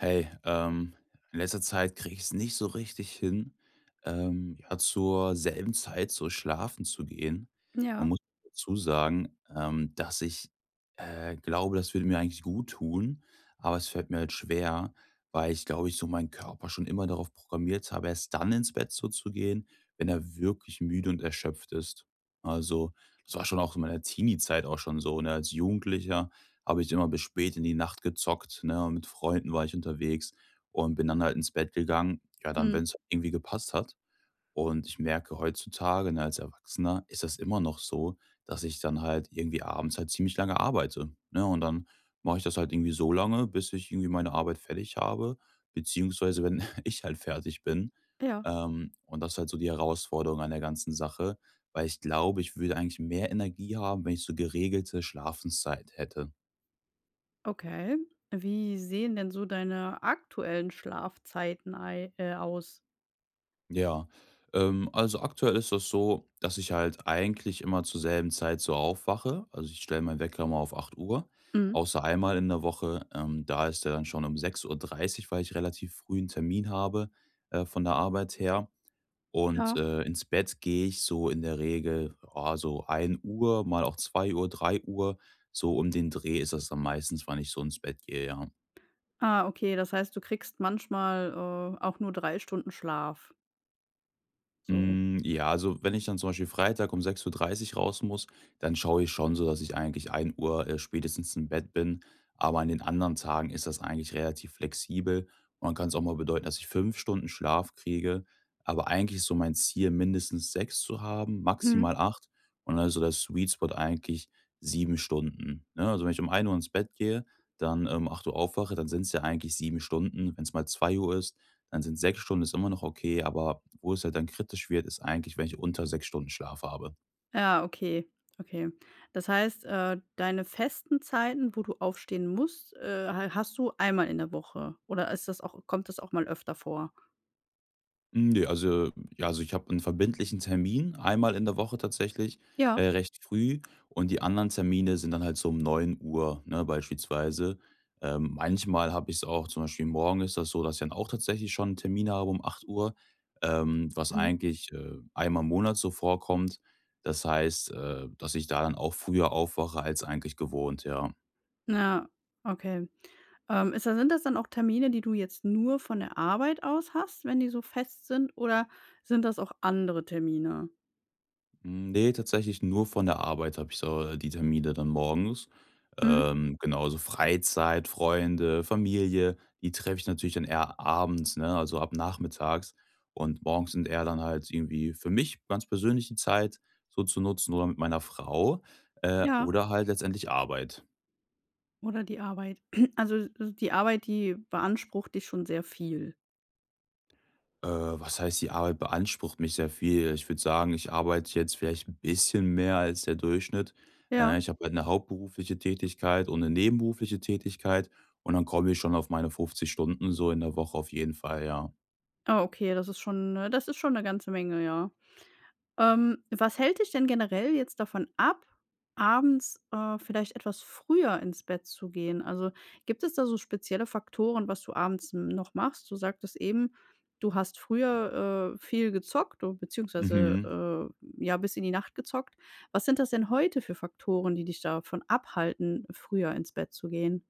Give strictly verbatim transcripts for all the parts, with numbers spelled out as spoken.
Hey, ähm, in letzter Zeit kriege ich es nicht so richtig hin, ähm, ja, zur selben Zeit so schlafen zu gehen. Man Ja, muss dazu sagen, ähm, dass ich äh, glaube, das würde mir eigentlich gut tun, aber es fällt mir halt schwer, weil ich glaube, ich so meinen Körper schon immer darauf programmiert habe, erst dann ins Bett so zu gehen, wenn er wirklich müde und erschöpft ist. Also, das war schon auch in meiner Teenie-Zeit auch schon so, ne, als Jugendlicher habe ich immer bis spät in die Nacht gezockt, ne? Und mit Freunden war ich unterwegs und bin dann halt ins Bett gegangen. Ja, dann, mhm, wenn es irgendwie gepasst hat. Und ich merke heutzutage, ne, als Erwachsener ist das immer noch so, dass ich dann halt irgendwie abends halt ziemlich lange arbeite, ne? Und dann mache ich das halt irgendwie so lange, bis ich irgendwie meine Arbeit fertig habe, beziehungsweise wenn ich halt fertig bin. ja, Ähm, und das ist halt so die Herausforderung an der ganzen Sache, weil ich glaube, ich würde eigentlich mehr Energie haben, wenn ich so geregelte Schlafenszeit hätte. okay. Wie sehen denn so deine aktuellen Schlafzeiten ei äh, aus? Ja, ähm, also aktuell ist das so, dass ich halt eigentlich immer zur selben Zeit so aufwache. Also ich stelle meinen Wecker mal auf acht Uhr, Mhm, außer einmal in der Woche. Ähm, da ist er dann schon um sechs Uhr dreißig, weil ich relativ früh einen Termin habe, äh, von der Arbeit her. Und ja. äh, ins Bett gehe ich so in der Regel, ja, so 1 Uhr, mal auch zwei Uhr, drei Uhr. So um den Dreh ist das dann meistens, wann ich so ins Bett gehe, ja. Ah, okay, das heißt, du kriegst manchmal, äh, auch nur drei Stunden Schlaf, so. Hm, ja, also wenn ich dann zum Beispiel Freitag um sechs Uhr dreißig raus muss, dann schaue ich schon so, dass ich eigentlich ein Uhr, äh, spätestens im Bett bin. Aber an den anderen Tagen ist das eigentlich relativ flexibel und dann kann es auch mal bedeuten, dass ich fünf Stunden Schlaf kriege. Aber eigentlich ist so mein Ziel, mindestens sechs zu haben, Mhm. maximal acht, und dann ist so der Sweet Spot eigentlich sieben Stunden, ne? Also, wenn ich um ein Uhr ins Bett gehe, dann um acht Uhr aufwache, dann sind es ja eigentlich sieben Stunden. Wenn es mal zwei Uhr ist, dann sind sechs Stunden ist immer noch okay, aber wo es halt dann kritisch wird, ist eigentlich, wenn ich unter sechs Stunden Schlaf habe. Ja, okay, okay. Das heißt, äh, deine festen Zeiten, wo du aufstehen musst, äh, ha hast du einmal in der Woche oder ist das auch kommt das auch mal öfter vor? Hm, ne, also ja, also ich habe einen verbindlichen Termin einmal in der Woche tatsächlich, Ja. äh, recht früh, und die anderen Termine sind dann halt so um neun Uhr, ne, beispielsweise. Ähm, manchmal habe ich's auch, zum Beispiel morgen ist das so, dass ich dann auch tatsächlich schon 'n Termin habe um acht Uhr, ähm, was Mhm. eigentlich, äh, einmal im Monat so vorkommt. Das heißt, äh, dass ich da dann auch früher aufwache als eigentlich gewohnt, ja. Ja, okay. Ähm, ist da Sind das dann auch Termine, die du jetzt nur von der Arbeit aus hast, wenn die so fest sind, oder sind das auch andere Termine? Hm, nee, tatsächlich nur von der Arbeit habe ich so äh, die Termine dann morgens. Mhm. Ähm, genau, also Freizeit, Freunde, Familie, die treffe ich natürlich dann eher abends, ne, also ab nachmittags. Und morgens sind eher dann halt irgendwie für mich ganz persönlich die Zeit so zu nutzen oder mit meiner Frau, äh, Ja, oder halt letztendlich Arbeit. oder die Arbeit. Also, äh, die Arbeit, die beansprucht dich schon sehr viel. Äh, was heißt, die Arbeit beansprucht mich sehr viel. Ich würde sagen, ich arbeite jetzt vielleicht ein bisschen mehr als der Durchschnitt. Äh, Ja. ich habe halt 'ne hauptberufliche Tätigkeit und eine nebenberufliche Tätigkeit, und dann komme ich schon auf meine fünfzig Stunden so in der Woche auf jeden Fall, ja. Ah, okay, das ist schon, äh das ist schon eine ganze Menge, ja. Ähm, was hält dich denn generell jetzt davon ab, abends, äh, vielleicht etwas früher ins Bett zu gehen? Also, gibt es da so spezielle Faktoren, was du abends m- noch machst? Du sagtest eben, du hast früher, äh, viel gezockt o beziehungsweise, Mhm. äh, ja, bis in die Nacht gezockt. Was sind das denn heute für Faktoren, die dich davon abhalten, früher ins Bett zu gehen?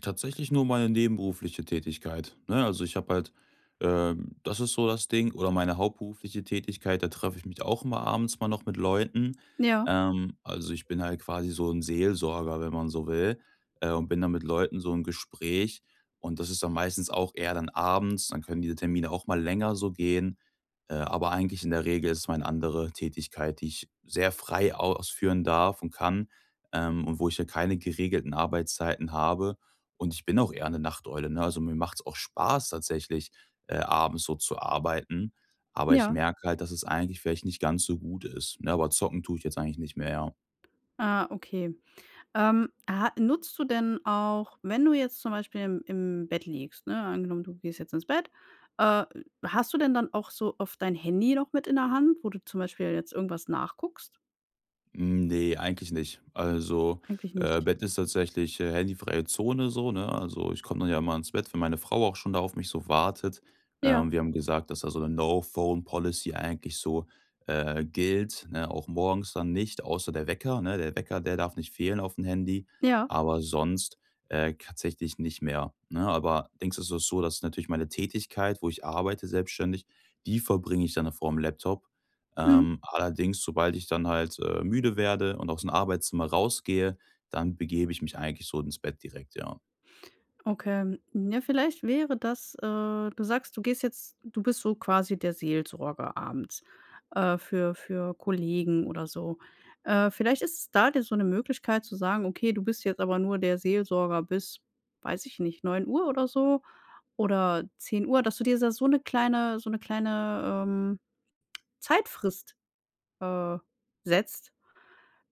Tatsächlich nur meine nebenberufliche Tätigkeit, ne? Also, ich habe halt ähm, das ist so das Ding, oder meine hauptberufliche Tätigkeit, da treffe ich mich auch immer abends mal noch mit Leuten. Ja, Ähm, also, ich bin halt quasi so ein Seelsorger, wenn man so will, äh, und bin dann mit Leuten so im Gespräch, und das ist dann meistens auch eher dann abends, dann können diese Termine auch mal länger so gehen. Äh, aber eigentlich in der Regel ist es meine andere Tätigkeit, die ich sehr frei ausführen darf und kann, ähm, und wo ich ja keine geregelten Arbeitszeiten habe, und ich bin auch eher eine Nachteule, ne? Also, mir macht's auch Spaß tatsächlich, äh, abends so zu arbeiten, aber ich ja. merke halt, dass es eigentlich vielleicht nicht ganz so gut ist, ne? Aber zocken tue ich jetzt eigentlich nicht mehr, ja. Ah, okay. Ähm, ha Nutzt du denn auch, wenn du jetzt zum Beispiel im im Bett liegst, ne, angenommen, du gehst jetzt ins Bett, äh, hast du denn dann auch so oft dein Handy noch mit in der Hand, wo du zum Beispiel jetzt irgendwas nachguckst? Hm, nee, eigentlich nicht. Also, Eigentlich äh, nicht. Bett ist tatsächlich äh, handyfreie Zone so, ne? Also, ich komme dann ja immer ins Bett, wenn meine Frau auch schon da auf mich so wartet. Ja, Ähm, wir haben gesagt, dass da so eine No-Phone-Policy eigentlich so äh, gilt, ne? Auch morgens dann nicht, außer der Wecker, ne? Der Wecker, der darf nicht fehlen auf dem Handy, ja. aber sonst äh, tatsächlich nicht mehr, ne? Aber denkst du, es ist so, dass natürlich meine Tätigkeit, wo ich arbeite selbstständig, die verbringe ich dann vorm Laptop. Mhm. Ähm, allerdings, sobald ich dann halt äh, müde werde und aus dem Arbeitszimmer rausgehe, dann begebe ich mich eigentlich so ins Bett direkt, ja. Okay, ja, vielleicht wäre das, äh du sagst, du gehst jetzt du bist so quasi der Seelsorger abends, äh, für für Kollegen oder so. Äh, vielleicht ist es da dir so eine Möglichkeit zu sagen: „Okay, du bist jetzt aber nur der Seelsorger bis, weiß ich nicht, neun Uhr oder so oder zehn Uhr, dass du dir da so eine kleine so eine kleine, ähm, Zeitfrist, äh, setzt.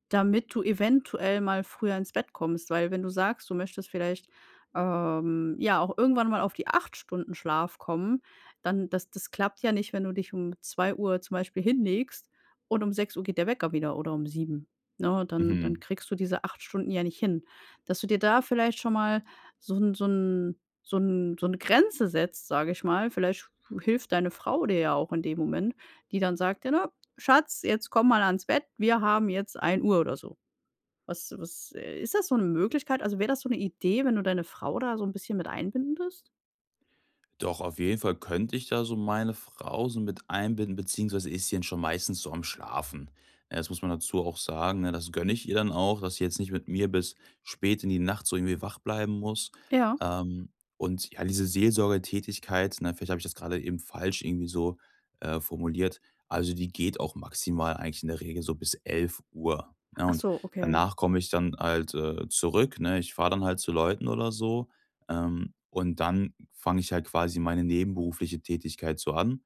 Damit du eventuell mal früher ins Bett kommst, weil wenn du sagst, du möchtest vielleicht, ähm, ja, auch irgendwann mal auf die acht Stunden Schlaf kommen, dann das das klappt ja nicht, wenn du dich um zwei Uhr zum Beispiel hinlegst und um sechs Uhr geht der Wecker wieder oder um sieben. Ne? Dann dann Mhm. kriegst du diese acht Stunden ja nicht hin. Dass du dir da vielleicht schon mal so 'n so 'n so 'n so 'ne Grenze setzt, sage ich mal. Vielleicht hilft deine Frau dir ja auch in dem Moment, die dann sagt: „Ja, ne, Schatz, jetzt komm mal ans Bett, wir haben jetzt ein Uhr oder so. Was was äh, Ist das so 'ne Möglichkeit? Also, wäre das so 'ne Idee, wenn du deine Frau da so 'n bisschen mit einbindest? Doch, auf jeden Fall könnte ich da so meine Frau so mit einbinden, beziehungsweise ist sie dann schon meistens so am Schlafen. Ja, das muss man dazu auch sagen. Ne? Das gönne ich ihr dann auch, dass sie jetzt nicht mit mir bis spät in die Nacht so irgendwie wach bleiben muss. Ja. Ähm, und ja, diese Seelsorgetätigkeit, ne, vielleicht habe ich das gerade eben falsch irgendwie so äh, formuliert. Also die geht auch maximal eigentlich in der Regel so bis elf Uhr. Ne? Ach Und so, okay. danach komme ich dann halt äh, zurück. Ne? Ich fahre dann halt zu Leuten oder so, ähm, und dann fange ich halt quasi meine nebenberufliche Tätigkeit so an,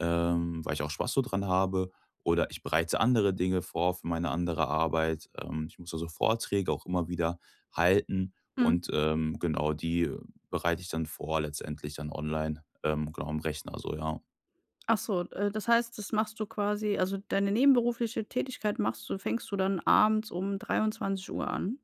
ähm, weil ich auch Spaß so dran habe. Oder ich bereite andere Dinge vor für meine andere Arbeit. Ähm, ich muss also Vorträge auch immer wieder halten. Mhm. Und ähm, genau, die bereite ich dann vor, letztendlich dann online, ähm, genau am Rechner, so ja. Ach so, äh, das heißt, das machst du quasi also, deine nebenberufliche Tätigkeit machst du fängst du dann abends um dreiundzwanzig Uhr an?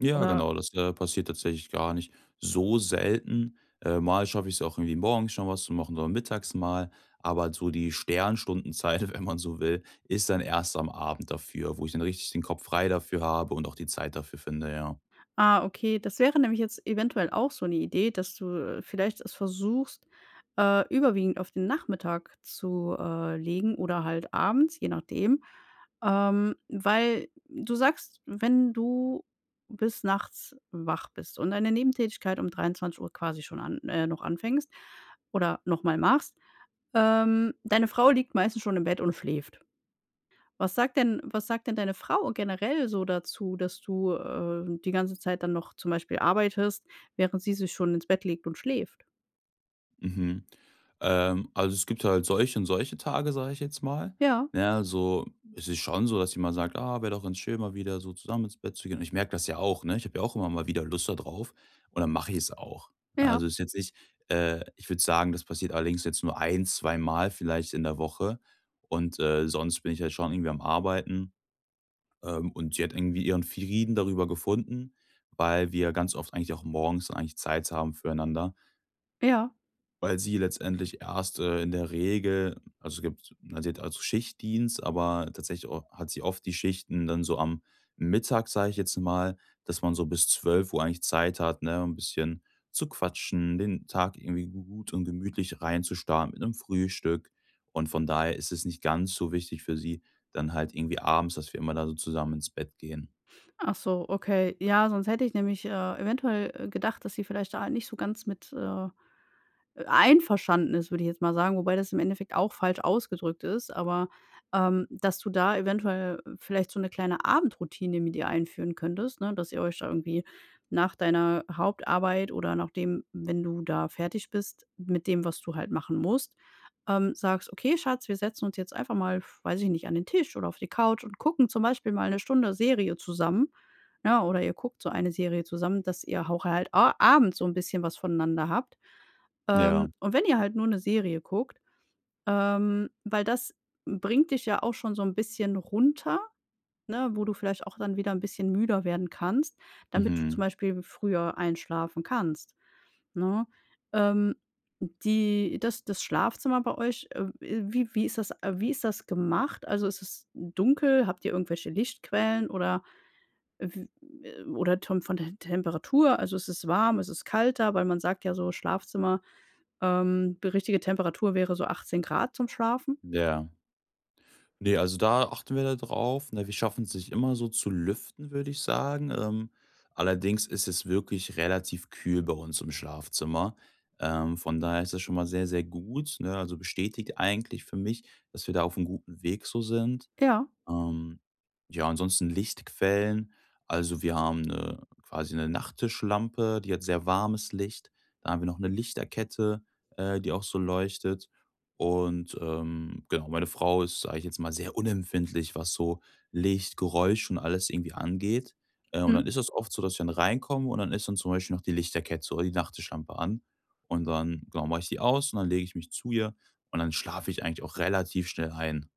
Ja, Oder. genau, das äh, passiert tatsächlich gar nicht so selten. Äh, mal schaffe ich es auch irgendwie morgens schon was zu machen oder mittags mal, aber so die Sternstundenzeit, wenn man so will, ist dann erst am Abend dafür, wo ich dann richtig den Kopf frei dafür habe und auch die Zeit dafür finde, ja. Ah, okay. Das wäre nämlich jetzt eventuell auch so eine Idee, dass du, äh, vielleicht es versuchst, äh, überwiegend auf den Nachmittag zu, äh, legen oder halt abends, je nachdem. Ähm, weil du sagst, wenn du bis nachts wach bist und deine Nebentätigkeit um dreiundzwanzig Uhr quasi schon an äh, noch anfängst oder noch mal machst, ähm, deine Frau liegt meistens schon im Bett und schläft. Was sagt denn was sagt denn deine Frau generell so dazu, dass du, äh, die ganze Zeit dann noch zum Beispiel arbeitest, während sie sich schon ins Bett legt und schläft? Mhm. Ähm, also es gibt halt solche und solche Tage, sage ich jetzt mal. Ja, Ne, also es ist schon so, dass jemand sagt, ah, wäre doch ganz schön, mal wieder so zusammen ins Bett zu gehen. Und ich merke das ja auch, ne? Ich habe ja auch immer mal wieder Lust da drauf, und dann mache ich es auch. ja, Also es ist jetzt nicht, äh, ich würde sagen, das passiert allerdings jetzt nur ein, zwei Mal vielleicht in der Woche. Und äh, sonst bin ich halt schon irgendwie am Arbeiten. Ähm, und sie hat irgendwie ihren Frieden darüber gefunden, weil wir ganz oft eigentlich auch morgens dann eigentlich Zeit haben füreinander. ja. Weil sie letztendlich erst äh, in der Regel, also, es gibt na, sie hat also Schichtdienst, aber tatsächlich o hat sie oft die Schichten dann so am Mittag, sage ich jetzt mal, dass man so bis zwölf Uhr eigentlich Zeit hat, ne, ein bisschen zu quatschen, den Tag irgendwie gut und gemütlich reinzustarten mit einem Frühstück. Und von daher ist es nicht ganz so wichtig für sie dann halt irgendwie abends, dass wir immer da so zusammen ins Bett gehen. Ach so, okay. Ja, sonst hätte ich nämlich, äh, eventuell, äh, gedacht, dass sie vielleicht da nicht so ganz mit, äh Äh, einverstanden ist, würde ich jetzt mal sagen, wobei das im Endeffekt auch falsch ausgedrückt ist, aber, ähm, dass du da eventuell vielleicht so eine kleine Abendroutine mit ihr einführen könntest, ne, dass ihr euch da irgendwie nach deiner Hauptarbeit oder nachdem wenn du da fertig bist mit dem, was du halt machen musst, ähm, sagst: „Okay, Schatz, wir setzen uns jetzt einfach mal, weiß ich nicht, an den Tisch oder auf die Couch und gucken zum Beispiel mal eine Stunde Serie zusammen“, ja, oder ihr guckt so eine Serie zusammen, dass ihr auch halt a abends so ein bisschen was voneinander habt. Ja. Ähm, und wenn ihr halt nur eine Serie guckt, ähm, weil das bringt dich ja auch schon so ein bisschen runter, ne, wo du vielleicht auch dann wieder ein bisschen müder werden kannst, damit du zum Mhm. Beispiel früher einschlafen kannst, ne? Ähm, die das das Schlafzimmer bei euch, äh, wie wie ist das äh, wie ist das gemacht? Also, ist es dunkel? Habt ihr irgendwelche Lichtquellen oder w äh, oder tom von der Temperatur? Also, ist es warm? Ist es kalt da? Weil man sagt ja so, Schlafzimmer ähm, die richtige Temperatur wäre so achtzehn Grad zum Schlafen. Ja. Ne, also da achten wir da drauf. Ne, wir schaffen es nicht immer so zu lüften, würde ich sagen. Ähm, allerdings ist es wirklich relativ kühl bei uns im Schlafzimmer. Ähm, von daher ist das schon mal sehr, sehr gut. Ne? Also bestätigt eigentlich für mich, dass wir da auf einem guten Weg so sind. Ja. Ähm, ja, ansonsten Lichtquellen. Also wir haben 'ne, quasi eine Nachttischlampe, die hat sehr warmes Licht. Dann haben wir noch eine Lichterkette, äh, die auch so leuchtet. Und ähm, genau, meine Frau ist, sage ich jetzt mal, sehr unempfindlich, was so Licht, Geräusch und alles irgendwie angeht. Äh, und Mhm. dann ist es oft so, dass wir dann reinkommen und dann ist dann zum Beispiel noch die Lichterkette oder die Nachttischlampe an. Und dann, genau, mache ich die aus und dann lege ich mich zu ihr und dann schlafe ich eigentlich auch relativ schnell ein.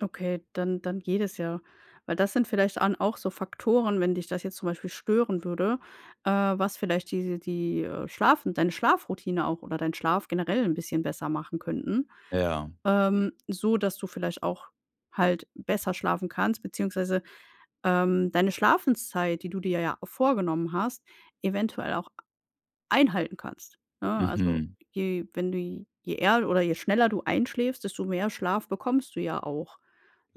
Okay, dann dann geht es ja. Weil das sind vielleicht an auch so Faktoren, wenn dich das jetzt zum Beispiel stören würde, äh, was vielleicht die die, äh, Schlafen deine Schlafroutine auch oder deinen Schlaf generell ein bisschen besser machen könnten, Ja, ähm, so dass du vielleicht auch halt besser schlafen kannst, beziehungsweise, ähm, deine Schlafenszeit, die du dir ja vorgenommen hast, eventuell auch einhalten kannst, ne? Also, mhm. je wenn du je eher oder je schneller du einschläfst, desto mehr Schlaf bekommst du ja auch,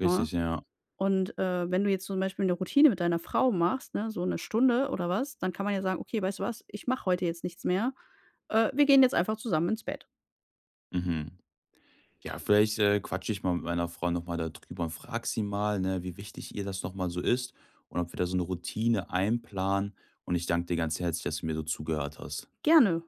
ne? ja. Und, äh, wenn du jetzt zum Beispiel eine Routine mit deiner Frau machst, ne, so eine Stunde oder was, dann kann man ja sagen: „Okay, weißt du was? Ich mache heute jetzt nichts mehr. Äh, wir gehen jetzt einfach zusammen ins Bett.“ Mhm. Ja, vielleicht äh, quatsche ich mal mit meiner Frau noch mal da und frage sie mal, ne, wie wichtig ihr das noch mal so ist und ob wir da so eine Routine einplanen. Und ich danke dir ganz herzlich, dass du mir so zugehört hast. Gerne.